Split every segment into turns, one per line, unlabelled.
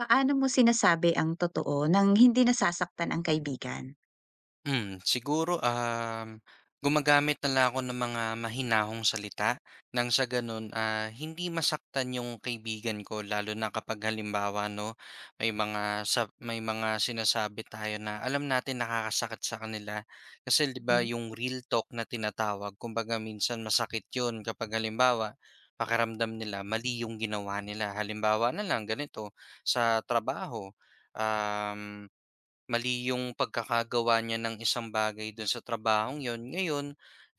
Paano mo sinasabi ang totoo nang hindi nasasaktan ang kaibigan?
Siguro, gumagamit na lang ako ng mga mahinahong salita nang sa gano'n, hindi masaktan yung kaibigan ko lalo na kapag halimbawa 'no, may mga sinasabi tayo na alam natin nakakasakit sa kanila. Kasi 'di ba
Mhm.
yung real talk na tinatawag kumbaga minsan masakit yun kapag halimbawa, pakiramdam nila mali yung ginawa nila. Halimbawa na lang ganito, sa trabaho, um Mali yung pagkakagawa niya ng isang bagay dun sa trabahong yon. Ngayon,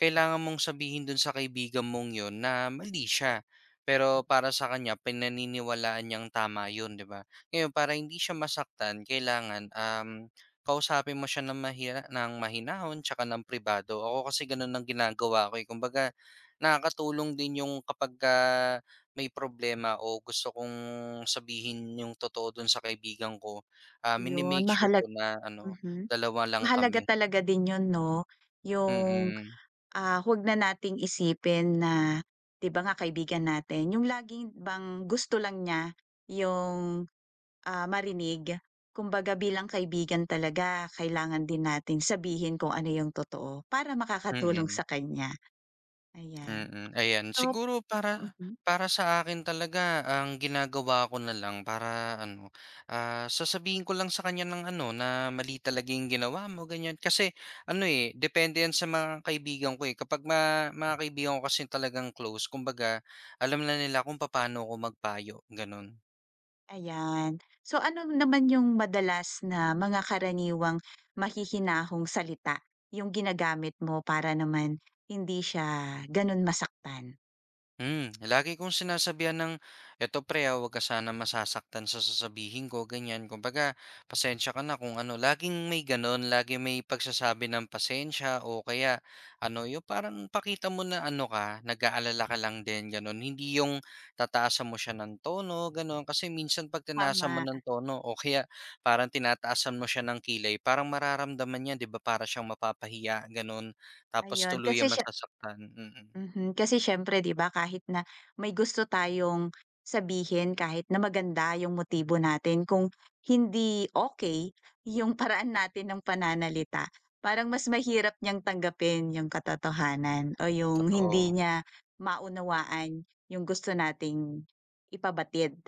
kailangan mong sabihin dun sa kaibigan mong yon na mali siya. Pero para sa kanya, pinaniniwalaan niyang tama yun, di ba? Ngayon, para hindi siya masaktan, kailangan kausapin mo siya ng, mahinahon tsaka ng privado. Ako kasi ganun ang ginagawa ko. Eh. Kumbaga, nakakatulong din yung kapag may problema o gusto kong sabihin yung totoo dun sa kaibigan ko.
'yun
Mini-make sure ko
mahalag
na ano,
Mhm.
dalawa lang
Mahalaga
kami.
talaga din 'yun 'no, yung,
Mm,
huwag na nating isipin na 'di ba nga kaibigan natin, yung laging bang gusto lang niya yung marinig. Kumbaga bilang kaibigan talaga kailangan din natin sabihin kung ano yung totoo para makakatulong
mm,
sa kanya, ayan.
mm. Ayan,
So
siguro para
mhm,
para sa akin talaga ang ginagawa ko na lang para ano, sasabihin ko lang sa kanya ng ano, na mali talaga yung ginawa mo, ganyan. Kasi ano, eh, depende yan sa mga kaibigan ko, eh. Kapag mga kaibigan ko kasi talagang close kumbaga alam na nila kung paano ako magpayo, gano'n.
ayan. So ano naman yung madalas na mga karaniwang mahihinahong salita yung ginagamit mo para naman hindi siya gano'n masaktan?
Lagi kong sinasabihan ng, "Eto pre ah, 'wag ka sana masasaktan sa sasabihin ko," ganyan. Kumbaga, "Pasensya ka na kung ano." Laging may gano'n, laging may pagsasabi ng pasensya o kaya ano, yung parang pakita mo na ano ka, nag-aalala ka lang din, gano'n. Hindi yung tataasan mo siya ng tono, gano'n. Kasi minsan 'pag tinaasan mo
Tama,
ng tono o kaya parang tinataasan mo siya ng kilay, parang mararamdaman niya, 'di ba, para siyang mapapahiya, gano'n. Tapos
ayun kasi
tuluyan
siya.
masasaktan, mm.
Mhm, kasi siyempre 'di ba kahit na may gusto tayong sabihin, kahit na maganda yung motibo natin, kung hindi okay yung paraan natin ng pananalita, parang mas mahirap niyang tanggapin yung katotohanan o yung
Totoo.
hindi niya maunawaan yung gusto nating ipabatid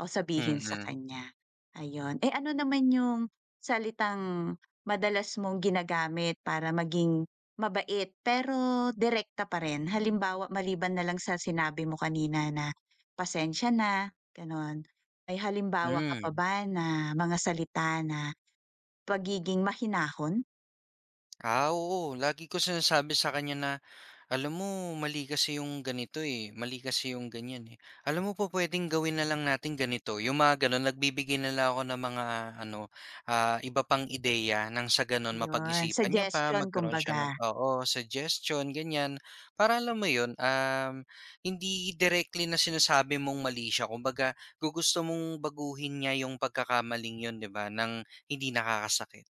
o sabihin sa
Mm,
kanya, ayun. Eh, ano naman yung salitang madalas mong ginagamit para maging mabait, pero direkta pa rin? Halimbawa, maliban na lang sa sinabi mo kanina na, "Pasensya na," gano'n. May halimbawa ka pa
hmm.
ba na mga salita na pagiging mahinahon?
Oo lagi ko sinasabi sa kanya na, "Alam mo mali kasi yung ganito, eh, mali kasi yung ganyan, eh. Alam mo po, pupuwedeng gawin na lang natin ganito." Yung mga gano'n nagbibigay na lang ako ng mga ano, iba pang ideya nang sa gano'n
'Yun,
mapag-isipan niya pa,
suggestion
magkaroon siya ng
kumbaga,
oo, suggestion ganyan. Para alam mo yun, hindi directly na sinasabi mong mali siya kumbaga gugusto mong baguhin niya yung pagkakamaling yun 'di ba, nang hindi nakakasakit.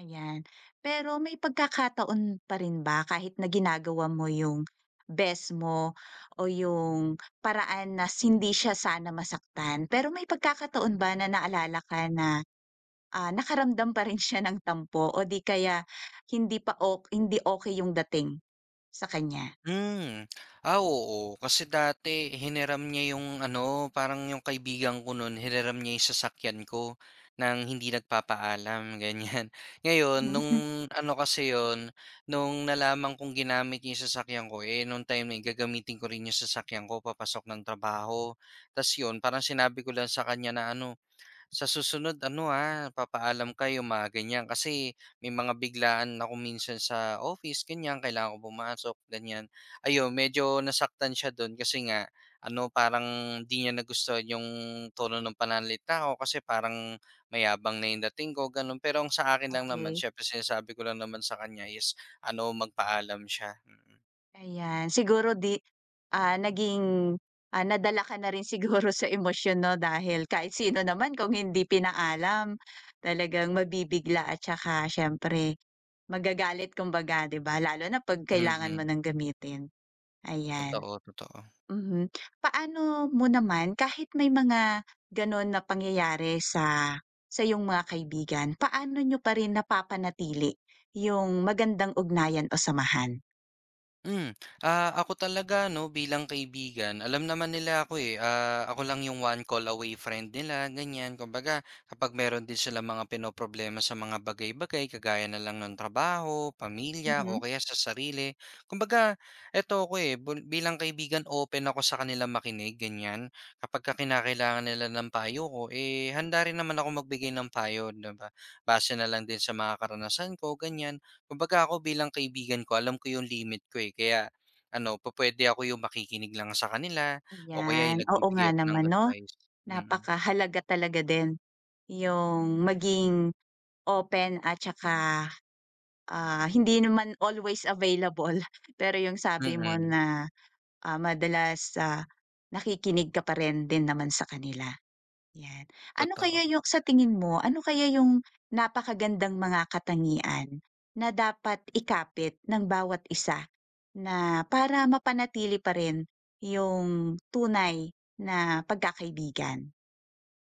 ayan. Pero may pagkakataon pa rin ba kahit na ginagawa mo yung best mo o yung paraan na hindi siya sana masaktan, pero may pagkakataon ba na naalala ka na nakaramdam pa rin siya ng tampo o di kaya hindi pa ok hindi okay yung dating sa kanya?
Hmm. Oo. Kasi dati hiniram niya yung ano, parang yung kaibigan ko nun, hiniram niya yung sasakyan ko ng hindi nagpapaalam, ganyan. Ngayon, nung ano kasi yon, nung nalaman kong ginamit niya yung sasakyan ko, eh, nung time na yun, gagamitin ko rin yung sasakyan ko, papasok ng trabaho. Tapos yun, parang sinabi ko lang sa kanya na ano, sa susunod ano, papaalam kayo yung mga ganyan. Kasi may mga biglaan ako minsan sa office ganyan, kailangan ko pumasok ganyan. Ayun, medyo nasaktan siya dun kasi nga ano, parang di niya nagustuhan yung tono ng pananalita ko kasi parang mayabang na yung dating ko gano'n. Pero ang sa akin lang naman
Okey,
siyempre sinasabi ko lang naman sa kanya is ano, magpaalam siya, mm.
ayan. Naging, nadala ka na rin siguro sa emosyon 'no, dahil kahit sino naman kung hindi pinaalam talagang mabibigla at saka siyempre magagalit kumbaga, 'di ba? Lalo na 'pag kailangan mo
Mm,
ng gamitin, ayan.
totoo, totoo.
Mhm. Paano mo naman kahit may mga gano'n na pangyayari sa iyong mga kaibigan, paano niyo pa rin napapanatili yung magandang ugnayan o samahan?
Hmm, Ako talaga 'no, bilang kaibigan alam naman nila ako, eh. Ako lang yung one call away friend nila, ganyan. Kumbaga kapag meron din sila mga pinoproblema sa mga bagay-bagay kagaya na lang ng trabaho, pamilya o
Mhm,
kaya sa sarili. Kumbaga eto ako, eh, bilang kaibigan open ako sa kanila makinig, ganyan. Kapagka kinakailangan nila ng payo ko, eh, handa rin naman ako magbigay ng payo, 'di ba? Base na lang din sa mga karanasan ko, ganyan. Kumbaga ako bilang kaibigan ko alam ko yung limit ko, eh, kaya ano pupuwede ako yung makikinig lang sa kanila o kaya
ayan.
yung
Oo nga
nagbibigay ako ng
naman 'no,
advice. Mm,
napakahalaga talaga din yung maging open at saka, hindi naman always available, pero yung sabi mo
mm,
na, ah, madalas, nakikinig ka pa rin din naman sa kanila. Yan. Ano
totoo.
kaya yung sa tingin mo, ano kaya yung napakagandang mga katangian na dapat ikapit ng bawat isa na para mapanatili pa rin yung tunay na pagkakaibigan?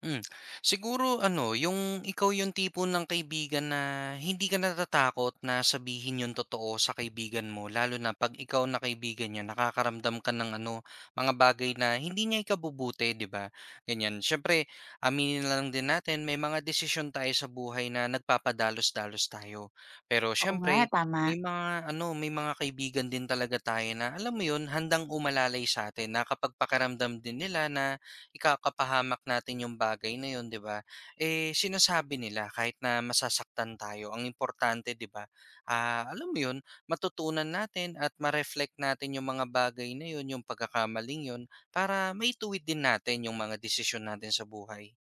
Hmm. Siguro ano, yung ikaw yung tipo ng kaibigan na hindi ka natatakot na sabihin yung totoo sa kaibigan mo, lalo na 'pag ikaw na kaibigan niya nakakaramdam ka ng ano, mga bagay na hindi niya ikabubuti, 'di ba? Ganyan. Siyempre, aminin na lang din natin may mga desisyon tayo sa buhay na nagpapadalos-dalos tayo. Pero
Oo nga,
siyempre,
tama.
may mga ano, may mga kaibigan din talaga tayo na alam mo yun, handang umalalay sa'tin na kapag pakiramdam din nila na ikakapahamak natin yung bagay na yun, 'di ba? Eh, sinasabi nila kahit na masasaktan tayo, ang importante, 'di ba? Alam mo yun, matutunan natin at ma-reflect natin yung mga bagay na yun, yung pagkakamaling yun, para maituwid din natin yung mga desisyon natin sa buhay.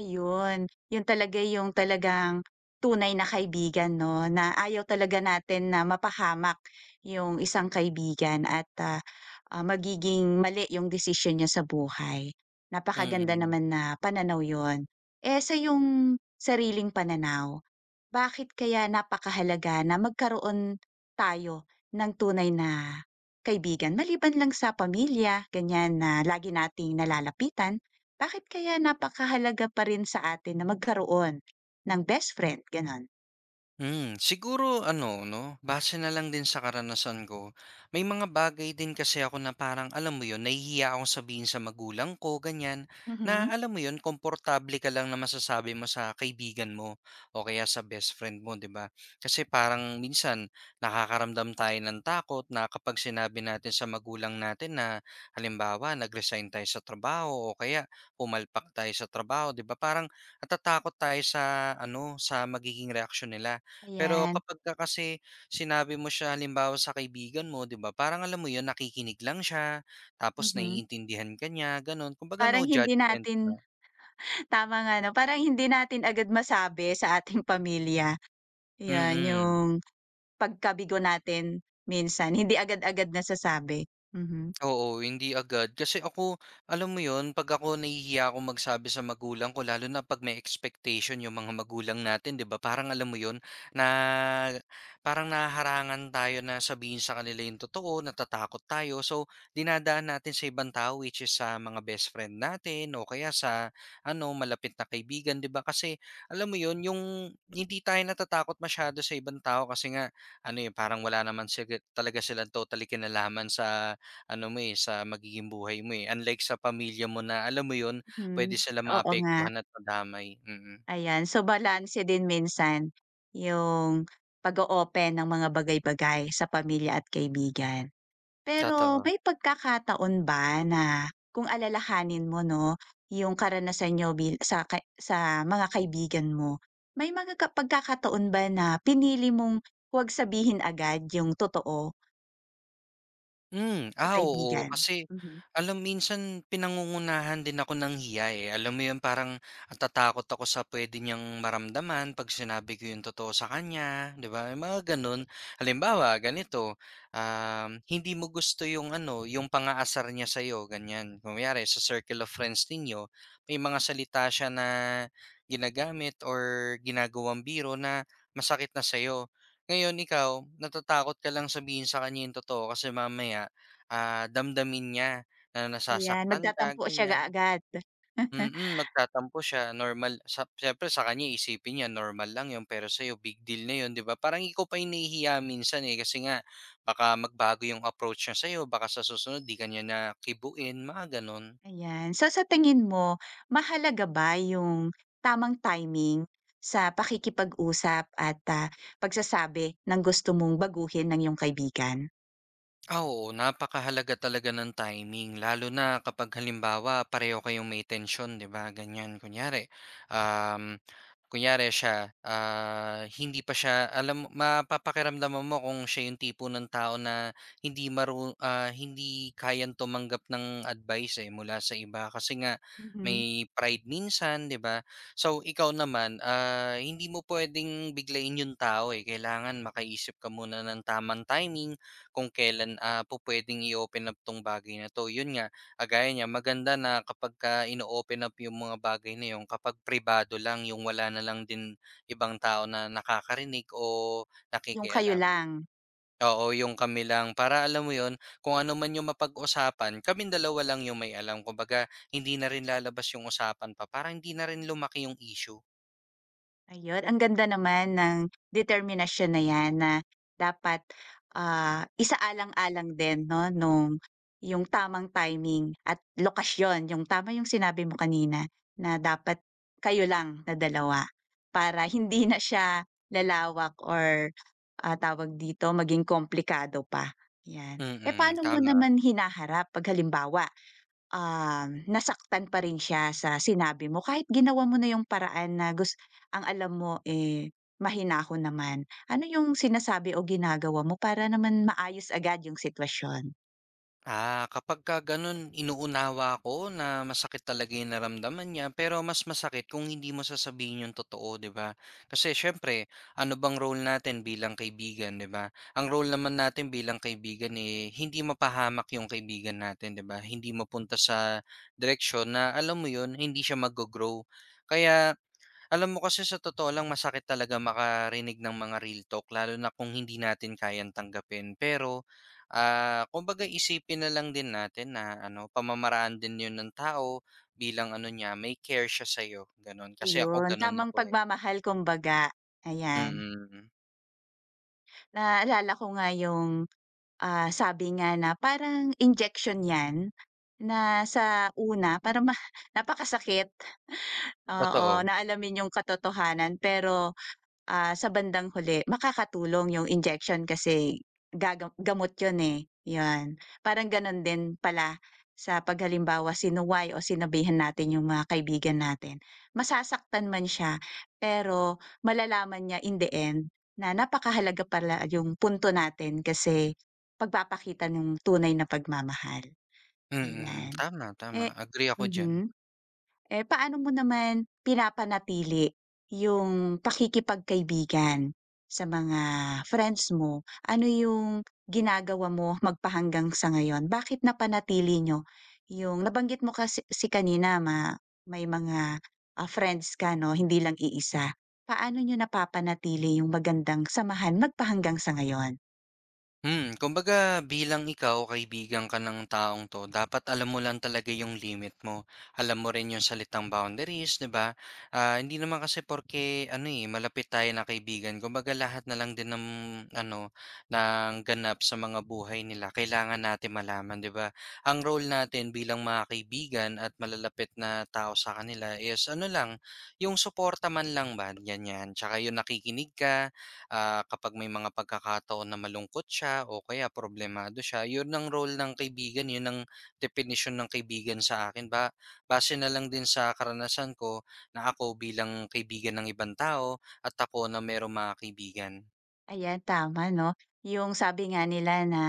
Ayun, yun talaga yung talagang tunay na kaibigan 'no, na ayaw talaga natin na mapahamak yung isang kaibigan at, magiging mali yung desisyon niya sa buhay. Napakaganda
Mm.
naman na pananaw yon. Eh, sa yung sariling pananaw, bakit kaya napakahalaga na magkaroon tayo ng tunay na kaibigan maliban lang sa pamilya, ganyan na lagi nating nalalapitan? Bakit kaya napakahalaga pa rin sa atin na magkaroon ng best friend, gano'n?
Siguro ano 'no, base na lang din sa karanasan ko. May mga bagay din kasi ako na parang alam mo yon nahihiya akong sabihin sa magulang ko ganiyan, na
Mhm,
alam mo yon komportable ka lang na masasabi mo sa kaibigan mo o kaya sa best friend mo, 'di ba? Kasi parang minsan nakakaramdam tayo ng takot na kapag sinabi natin sa magulang natin na halimbawa nag-resign tayo sa trabaho o kaya pumalpak tayo sa trabaho, 'di ba? Parang natatakot tayo sa ano, sa magiging reaksyon nila. Pero
ayan,
kapagka kasi sinabi mo siya halimbawa sa kaibigan mo, 'di ba, parang alam mo 'yun, nakikinig lang siya, tapos
mhm.
naiintindihan ka niya, gano'n. Kumbaga
Parang
no
hindi
judgment
natin
na.
tama nga 'no, parang hindi natin agad masabi sa ating pamilya, 'yan
Mm.
yung pagkabigo natin, minsan hindi agad-agad nasasabi, mhm,
Oo, hindi agad. Kasi ako, alam mo yon 'pag ako nahihiya ako magsabi sa magulang ko lalo na 'pag may expectation 'yung mga magulang natin, 'di ba? Parang alam mo yon na parang naharangan tayo na sabihin sa kanila 'yung totoo, natatakot tayo. So, dinadaan natin sa ibang tao which is sa mga best friend natin o kaya sa ano, malapit na kaibigan, 'di ba? Kasi alam mo yon 'yung hindi tayo natatakot masyado sa ibang tao kasi nga ano, eh, parang wala naman talaga silang totally kinalaman sa ano mo, eh, sa magiging buhay mo, eh. Unlike sa pamilya mo na alam mo 'yun,
hmm,
pwede sila
oo nga.
maapektuhan at madamay, mm,
Ayan, so balanse din minsan yung pag-o-open ng mga bagay-bagay sa pamilya at kaibigan. Pero
totoo.
may pagkakataon ba na, kung alalahanin mo 'no, yung karanasan niyo bil sa ka sa mga kaibigan mo, may mga pagkakataon ba na pinili mong huwag sabihin agad yung totoo sa
Oo.
kaibigan?
Kasi
Mhm,
alam minsan pinangungunahan din ako ng hiya, eh. Alam mo 'yun, parang natatakot ako sa puwede niyang maramdaman 'pag sinabi ko 'yung totoo sa kanya, 'di ba, 'yung mga gano'n. Halimbawa, ganito, hindi mo gusto 'yung ano, 'yung pang-aasar niya sa'yo, ganiyan. Kunyari sa circle of friends ninyo, may mga salita siya na ginagamit or ginagawang biro na masakit na sa'yo. Ngayon ikaw, natatakot ka lang sabihin sa kanya yung totoo kasi mamaya, damdamin niya na
ayan,
nasasaktan ka
magtatampo siya
ganyan.
agad.
Mm, magtatampo siya normal sa siyempre sa kanya isipin niya normal lang yun pero sa'yo big deal na yun 'di ba? Parang ikaw pa yung nahihiya minsan, eh, kasi nga baka magbago yung approach niya sa'yo, baka sa susunod 'di ka niya na kibuin, mga gano'n.
Ayan. So sa tingin mo, mahalaga ba yung tamang timing sa pakikipag-usap at, ah, pagsasabi ng gusto mong baguhin ng iyong kaibigan?
Oo, napakahalaga talaga ng timing lalo na kapag halimbawa pareho kayong may tension 'di ba, ganyan. Um, kunyari siya, hindi pa siya alam mapapakiramdaman mo kung siya yung tipo ng tao na hindi kayang tumanggap ng advice, eh, mula sa iba kasi nga
Mhm.
may pride minsan, 'di ba? So, ikaw naman, hindi mo puwedeng biglayin yung tao, eh, kailangan makaisip ka muna ng tamang timing kung kailan, pupuwedeng i-open up 'tong bagay na 'to. Yun nga, gaya maganda na kapag ka ino-open up yung mga bagay na yun kapag pribado lang, yung wala na lang din ibang tao na nakakarinig o
Yung kayo
nakikialam.
lang.
Oo, yung kami lang. Para alam mo yon kung ano man yung mapag-usapan, kami dalawa lang yung may alam. Kumbaga, hindi na rin lalabas yung usapan pa para hindi na rin lumaki yung issue.
Ayun, ang ganda naman ng determinasyon na 'yan, na dapat, ah, isaalang-alang din 'no nung yung tamang timing at lokasyon. Yung tama yung sinabi mo kanina na dapat kayo lang na dalawa para hindi na siya lalawak or, ah, tawag dito, maging komplikado pa, 'yan. Eh,
Mm,
paano mo
tama.
naman hinaharap 'pag halimbawa nasaktan pa rin siya sa sinabi mo kahit ginawa mo na yung paraan na ang alam mo, eh, mahinahon naman? Ano yung sinasabi o ginagawa mo para naman maayos agad yung sitwasyon?
Kapagka gano'n inuunawa ko na masakit talaga yung naramdaman niya, pero mas masakit kung hindi mo sasabihin yung totoo, 'di ba? Kasi siyempre, ano bang role natin bilang kaibigan, 'di ba? Ang role naman natin bilang kaibigan eh hindi mapahamak yung kaibigan natin, 'di ba? Hindi mapunta sa direksyon na alam mo 'yun, hindi siya mag-grow. Kaya alam mo kasi sa totoo lang masakit talaga makarinig ng mga real talk lalo na kung hindi natin kayang tanggapin. Pero, kumbaga isipin na lang din natin na ano, pamamaraan din 'yun ng tao bilang ano niya, may care siya sa iyo, gano'n. Kasi ako
Ayun,
gano'n
tamang
ako, eh.
pagmamahal kumbaga,
Mm.
ayan.
Mm. Mm.
Naalala ko nga yung, ah, sabi nga na parang injection 'yan, na sa una parang napakasakit, oo,
Totoo.
na alamin yung katotohanan, pero ah, sa bandang huli makakatulong yung injection kasi gamot yun, eh, yun. Parang ganun din pala sa 'pag halimbawa sinuway o sinabihan natin yung mga kaibigan natin. Masasaktan man siya, pero malalaman niya in the end na napakahalaga pala yung punto natin, kasi pagpapakita ng tunay na pagmamahal,
Mm. Mm.
ayan.
Tama, tama.
Eh
Agree ako diyan.
mhm. Eh, paano mo naman pinapanatili yung pakikipagkaibigan sa mga friends mo? Ano yung ginagawa mo magpahanggang sa ngayon? Bakit napanatili nyo yung nabanggit mo kasi kanina may mga, ah, friends ka 'no, hindi lang iisa. Paano niyo napapanatili yung magandang samahan magpahanggang sa ngayon?
Kumbaga bilang ikaw kaibigan ka ng taong 'to, dapat alam mo lang talaga yung limit mo. Alam mo rin yung salitang boundaries, 'di ba? Hindi naman kasi porke ano, eh, malapit tayo na kaibigan, kumbaga lahat na lang din ng ano, ng ganap sa mga buhay nila kailangan natin malaman, 'di ba? Ang role natin bilang mga kaibigan at malalapit na tao sa kanila is ano lang, yung suporta man lang ba, ganyan. Tsaka yung nakikinig ka, kapag may mga pagkakataon na malungkot siya o kaya problemado siya, yun ang role ng kaibigan, yun ang definition ng kaibigan sa akin. Base na lang din sa karanasan ko na ako bilang kaibigan ng ibang tao at ako na merong mga kaibigan.
Ayan, tama 'no, yung sabi nga nila na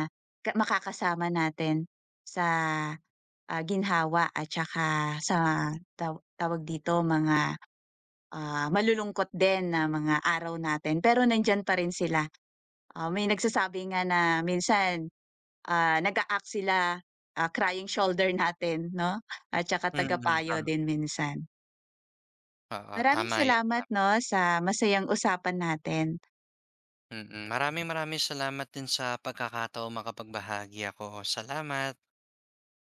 ka makakasama natin sa ginhawa at saka sa tawag dito mga, ah, malulungkot din na mga araw natin pero nandiyan pa rin sila. Ah, may nagsasabi nga na minsan, ah, nag-a-act sila, ah, crying shoulder natin 'no at saka
Mm,
tagapayo
tama.
din minsan.
Oo,
Maraming
tama yan.
salamat 'no sa masayang usapan natin.
Mm, mm, maraming maraming salamat din sa pagkakataon makapagbahagi ako. Salamat.